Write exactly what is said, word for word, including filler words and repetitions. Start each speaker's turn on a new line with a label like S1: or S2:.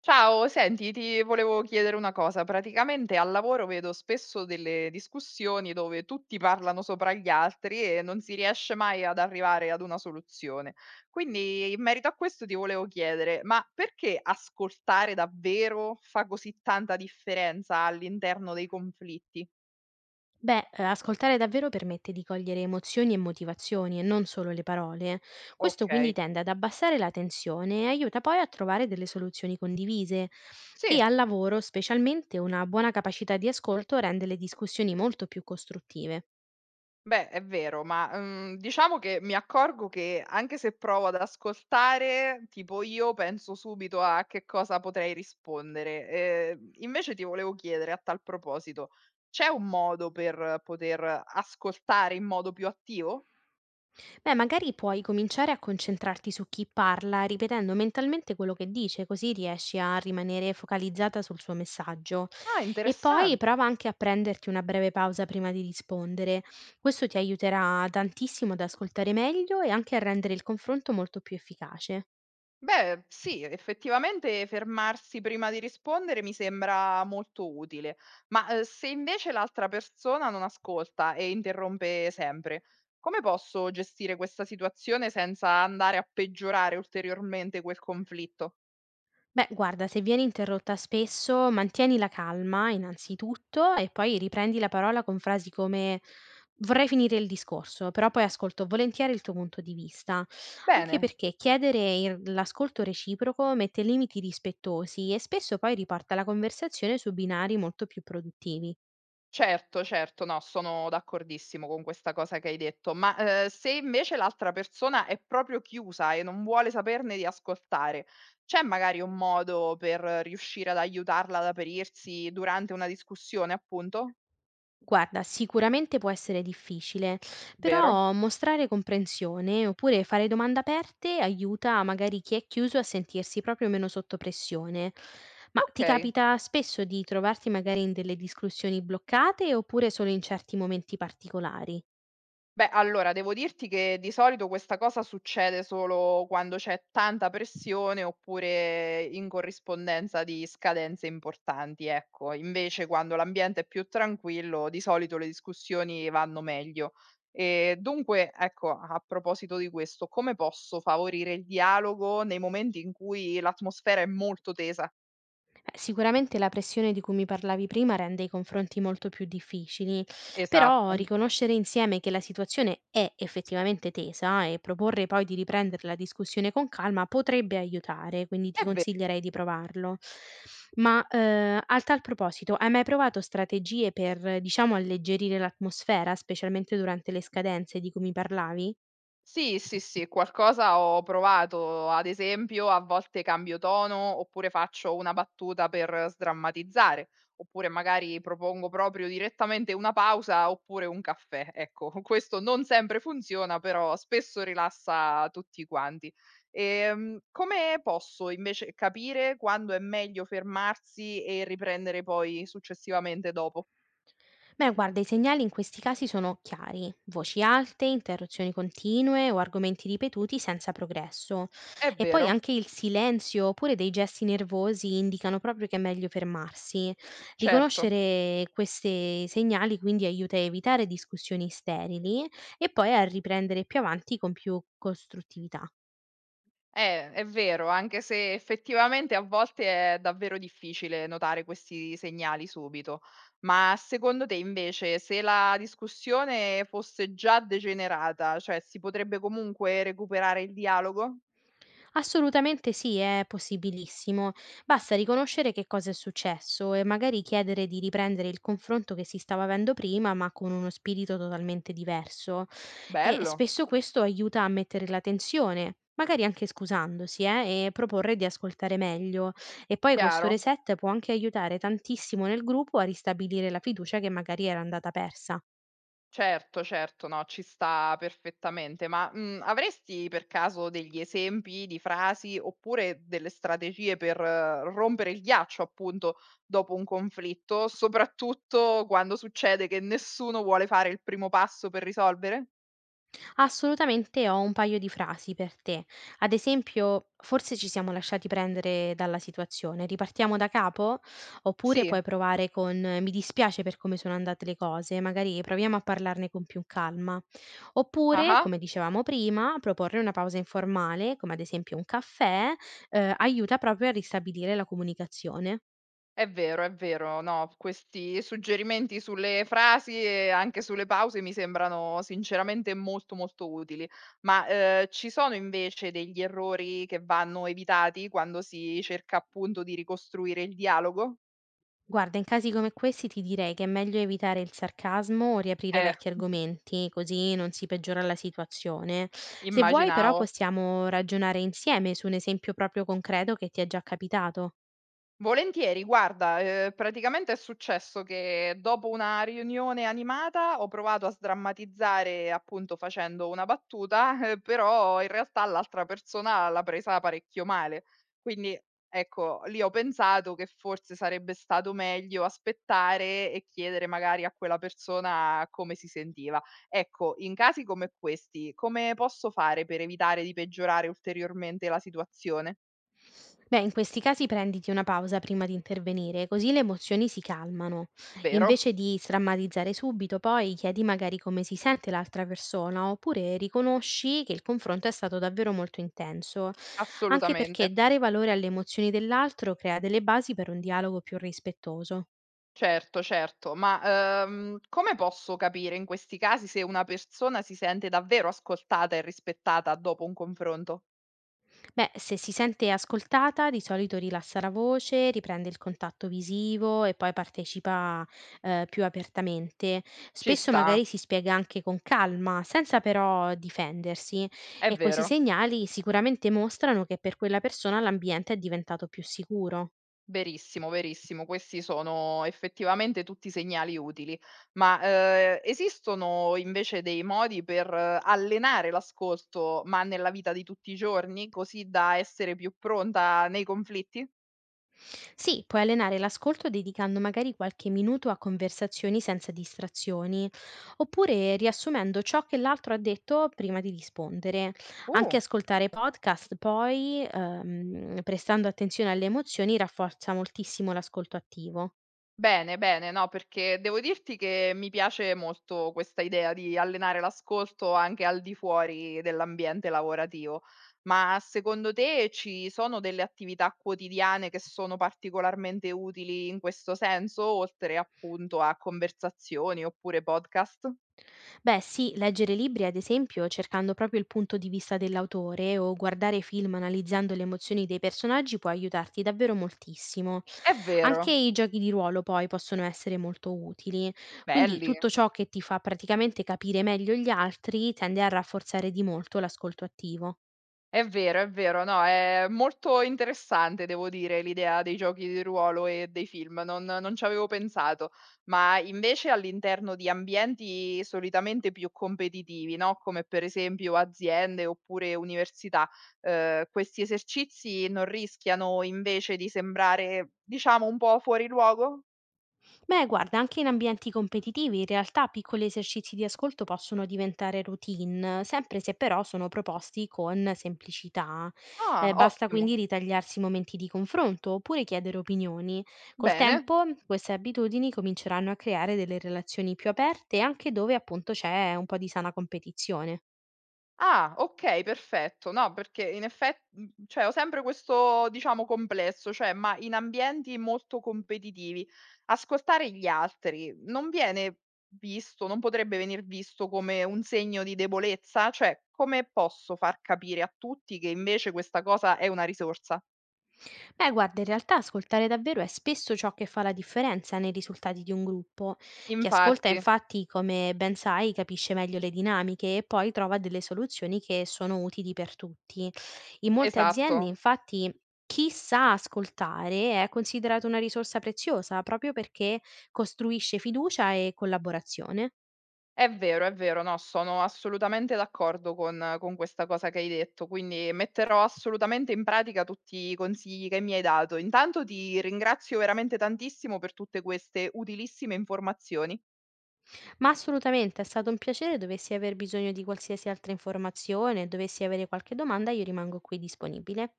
S1: Ciao, senti, ti volevo chiedere una cosa. Praticamente al lavoro vedo spesso delle discussioni dove tutti parlano sopra gli altri e non si riesce mai ad arrivare ad una soluzione. Quindi in merito a questo ti volevo chiedere, ma perché ascoltare davvero fa così tanta differenza all'interno dei conflitti?
S2: Beh, ehm, ascoltare davvero permette di cogliere emozioni e motivazioni e non solo le parole. Questo
S1: Ok,
S2: quindi tende ad abbassare la tensione e aiuta poi a trovare delle soluzioni condivise. E
S1: sì.
S2: al lavoro, specialmente, una buona capacità di ascolto rende le discussioni molto più costruttive.
S1: Beh, è vero, ma, mhmm, diciamo che mi accorgo che anche se provo ad ascoltare, tipo io penso subito a che cosa potrei rispondere. Ehm, invece ti volevo chiedere a tal proposito, c'è un modo per poter ascoltare in modo più attivo?
S2: Beh, magari puoi cominciare a concentrarti su chi parla, ripetendo mentalmente quello che dice, così riesci a rimanere focalizzata sul suo messaggio.
S1: Ah,
S2: E poi
S1: interessante.
S2: prova anche a prenderti una breve pausa prima di rispondere. Questo ti aiuterà tantissimo ad ascoltare meglio e anche a rendere il confronto molto più efficace.
S1: Beh, sì, effettivamente fermarsi prima di rispondere mi sembra molto utile, ma eh, se invece l'altra persona non ascolta e interrompe sempre, come posso gestire questa situazione senza andare a peggiorare ulteriormente quel conflitto?
S2: Beh, guarda, se vieni interrotta spesso, mantieni la calma innanzitutto e poi riprendi la parola con frasi come vorrei finire il discorso, però poi ascolto volentieri il tuo punto di vista, anche
S1: Bene.
S2: perché chiedere il- l'ascolto reciproco mette limiti rispettosi e spesso poi riporta la conversazione su binari molto più produttivi.
S1: Certo, certo, no, sono d'accordissimo con questa cosa che hai detto, ma, ehm, se invece l'altra persona è proprio chiusa e non vuole saperne di ascoltare, c'è magari un modo per riuscire ad aiutarla ad aprirsi durante una discussione appunto?
S2: Guarda, sicuramente può essere difficile,
S1: Vero?
S2: però mostrare comprensione oppure fare domande aperte aiuta magari chi è chiuso a sentirsi proprio meno sotto pressione. Ma ti
S1: Okay.
S2: capita spesso di trovarti magari in delle discussioni bloccate oppure solo in certi momenti particolari?
S1: Beh, allora devo dirti che di solito questa cosa succede solo quando c'è tanta pressione oppure in corrispondenza di scadenze importanti, ecco. Invece quando l'ambiente è più tranquillo, di solito le discussioni vanno meglio. E dunque, ecco, a proposito di questo, come posso favorire il dialogo nei momenti in cui l'atmosfera è molto tesa?
S2: Eh, Sicuramente la pressione di cui mi parlavi prima rende i confronti molto più difficili, però
S1: Esatto.
S2: riconoscere insieme che la situazione è effettivamente tesa e proporre poi di riprendere la discussione con calma potrebbe aiutare, quindi ti
S1: È vero.
S2: consiglierei di provarlo. Ma eh, a tal proposito, hai mai provato strategie per, eh, diciamo, alleggerire l'atmosfera, specialmente durante le scadenze di cui mi parlavi?
S1: Sì, sì, sì, qualcosa ho provato. Ad esempio, a volte cambio tono, oppure faccio una battuta per sdrammatizzare, oppure magari propongo proprio direttamente una pausa oppure un caffè. Ecco, questo non sempre funziona, però spesso rilassa tutti quanti. Ehm, come posso invece capire quando è meglio fermarsi e riprendere poi successivamente dopo?
S2: Beh, guarda, i segnali in questi casi sono chiari, voci alte, interruzioni continue o argomenti ripetuti senza progresso.
S1: È
S2: E poi
S1: vero,
S2: anche il silenzio oppure dei gesti nervosi indicano proprio che è meglio fermarsi.
S1: certo.
S2: Riconoscere questi segnali quindi aiuta a evitare discussioni sterili e poi a riprendere più avanti con più costruttività.
S1: Eh, è vero, anche se effettivamente a volte è davvero difficile notare questi segnali subito. Ma secondo te invece, se la discussione fosse già degenerata, cioè si potrebbe comunque recuperare il dialogo?
S2: Assolutamente sì, è possibilissimo. Basta riconoscere che cosa è successo e magari chiedere di riprendere il confronto che si stava avendo prima, ma con uno spirito totalmente diverso. E
S1: Bello,
S2: spesso questo aiuta a mettere la tensione, magari anche scusandosi, eh, e proporre di ascoltare meglio. E poi questo
S1: chiaro.
S2: reset può anche aiutare tantissimo nel gruppo a ristabilire la fiducia che magari era andata persa.
S1: Certo, certo, no, ci sta perfettamente, ma, mhmm, avresti per caso degli esempi di frasi, oppure delle strategie per eh, rompere il ghiaccio, appunto, dopo un conflitto, soprattutto quando succede che nessuno vuole fare il primo passo per risolvere?
S2: Assolutamente ho un paio di frasi per te. Ad esempio, forse ci siamo lasciati prendere dalla situazione, ripartiamo da capo? Oppure
S1: Sì.
S2: puoi provare con eh, mi dispiace per come sono andate le cose, magari proviamo a parlarne con più calma. Oppure,
S1: Ah-ah.
S2: come dicevamo prima, proporre una pausa informale, come ad esempio un caffè, eh, aiuta proprio a ristabilire la comunicazione.
S1: È vero, è vero. No, questi suggerimenti sulle frasi e anche sulle pause mi sembrano sinceramente molto, molto utili. Ma, ehm, ci sono invece degli errori che vanno evitati quando si cerca appunto di ricostruire il dialogo?
S2: Guarda, in casi come questi ti direi che è meglio evitare il sarcasmo o riaprire
S1: Eh,
S2: vecchi argomenti, così non si peggiora la situazione. Se vuoi, però,
S1: immaginavo.
S2: possiamo ragionare insieme su un esempio proprio concreto che ti è già capitato.
S1: Volentieri, guarda, ehm, praticamente è successo che dopo una riunione animata ho provato a sdrammatizzare, appunto, facendo una battuta, ehm, però in realtà l'altra persona l'ha presa parecchio male. Quindi, ecco, lì ho pensato che forse sarebbe stato meglio aspettare e chiedere magari a quella persona come si sentiva. Ecco, in casi come questi, come posso fare per evitare di peggiorare ulteriormente la situazione?
S2: Beh, in questi casi prenditi una pausa prima di intervenire, così le emozioni si calmano.
S1: Vero,
S2: Invece di strammatizzare subito, poi chiedi magari come si sente l'altra persona, oppure riconosci che il confronto è stato davvero molto intenso, anche
S1: assolutamente.
S2: perché dare valore alle emozioni dell'altro crea delle basi per un dialogo più rispettoso.
S1: Certo, certo, ma, ehm, come posso capire in questi casi se una persona si sente davvero ascoltata e rispettata dopo un confronto?
S2: Beh, se si sente ascoltata, di solito rilassa la voce, riprende il contatto visivo e poi partecipa, eh, più apertamente.
S1: Ci
S2: Spesso
S1: sta,
S2: magari si spiega anche con calma, senza però difendersi,
S1: è
S2: e questi
S1: vero,
S2: segnali sicuramente mostrano che per quella persona l'ambiente è diventato più sicuro.
S1: verissimo, verissimo. Questi sono effettivamente tutti segnali utili. Ma, ehm, esistono invece dei modi per eh, allenare l'ascolto, ma nella vita di tutti i giorni, così da essere più pronta nei conflitti?
S2: Sì, puoi allenare l'ascolto dedicando magari qualche minuto a conversazioni senza distrazioni, oppure riassumendo ciò che l'altro ha detto prima di rispondere. Anche
S1: Uh.
S2: ascoltare podcast, poi, ehm, prestando attenzione alle emozioni, rafforza moltissimo l'ascolto attivo.
S1: Bene, bene, no, perché devo dirti che mi piace molto questa idea di allenare l'ascolto anche al di fuori dell'ambiente lavorativo. Ma secondo te ci sono delle attività quotidiane che sono particolarmente utili in questo senso, oltre appunto a conversazioni oppure podcast?
S2: Beh, sì, leggere libri, ad esempio, cercando proprio il punto di vista dell'autore o guardare film analizzando le emozioni dei personaggi può aiutarti davvero moltissimo.
S1: È
S2: Anche
S1: vero,
S2: i giochi di ruolo poi possono essere molto utili, quindi
S1: belli.
S2: tutto ciò che ti fa praticamente capire meglio gli altri tende a rafforzare di molto l'ascolto attivo.
S1: È vero, è vero. No, è molto interessante devo dire l'idea dei giochi di ruolo e dei film, non non ci avevo pensato. Ma invece all'interno di ambienti solitamente più competitivi, no, come per esempio aziende oppure università, ehm, questi esercizi non rischiano invece di sembrare, diciamo, un po' fuori luogo?
S2: Beh, guarda, anche in ambienti competitivi, in realtà piccoli esercizi di ascolto possono diventare routine, sempre se però sono proposti con semplicità.
S1: Ah,
S2: Eh, basta quindi
S1: ottimo,
S2: ritagliarsi momenti di confronto oppure chiedere opinioni. Col
S1: bene.
S2: tempo, queste abitudini cominceranno a creare delle relazioni più aperte, anche dove appunto c'è un po' di sana competizione.
S1: Ah, okay, perfetto. No, perché in effet mhmm, cioè ho sempre questo, diciamo, complesso, cioè ma in ambienti molto competitivi, ascoltare gli altri non viene visto non potrebbe venir visto come un segno di debolezza? Cioè, come posso far capire a tutti che invece questa cosa è una risorsa?
S2: Beh, guarda, in realtà ascoltare davvero è spesso ciò che fa la differenza nei risultati di un gruppo. Chi ascolta,
S1: Infatti,
S2: infatti, come ben sai, capisce meglio le dinamiche e poi trova delle soluzioni che sono utili per tutti. In molte aziende,
S1: esatto.
S2: infatti, chi sa ascoltare è considerato una risorsa preziosa proprio perché costruisce fiducia e collaborazione.
S1: È vero, è vero, no, sono assolutamente d'accordo con con questa cosa che hai detto, quindi metterò assolutamente in pratica tutti i consigli che mi hai dato. Intanto ti ringrazio veramente tantissimo per tutte queste utilissime informazioni.
S2: Ma assolutamente è stato un piacere, dovessi aver bisogno di qualsiasi altra informazione, dovessi avere qualche domanda, io rimango qui disponibile.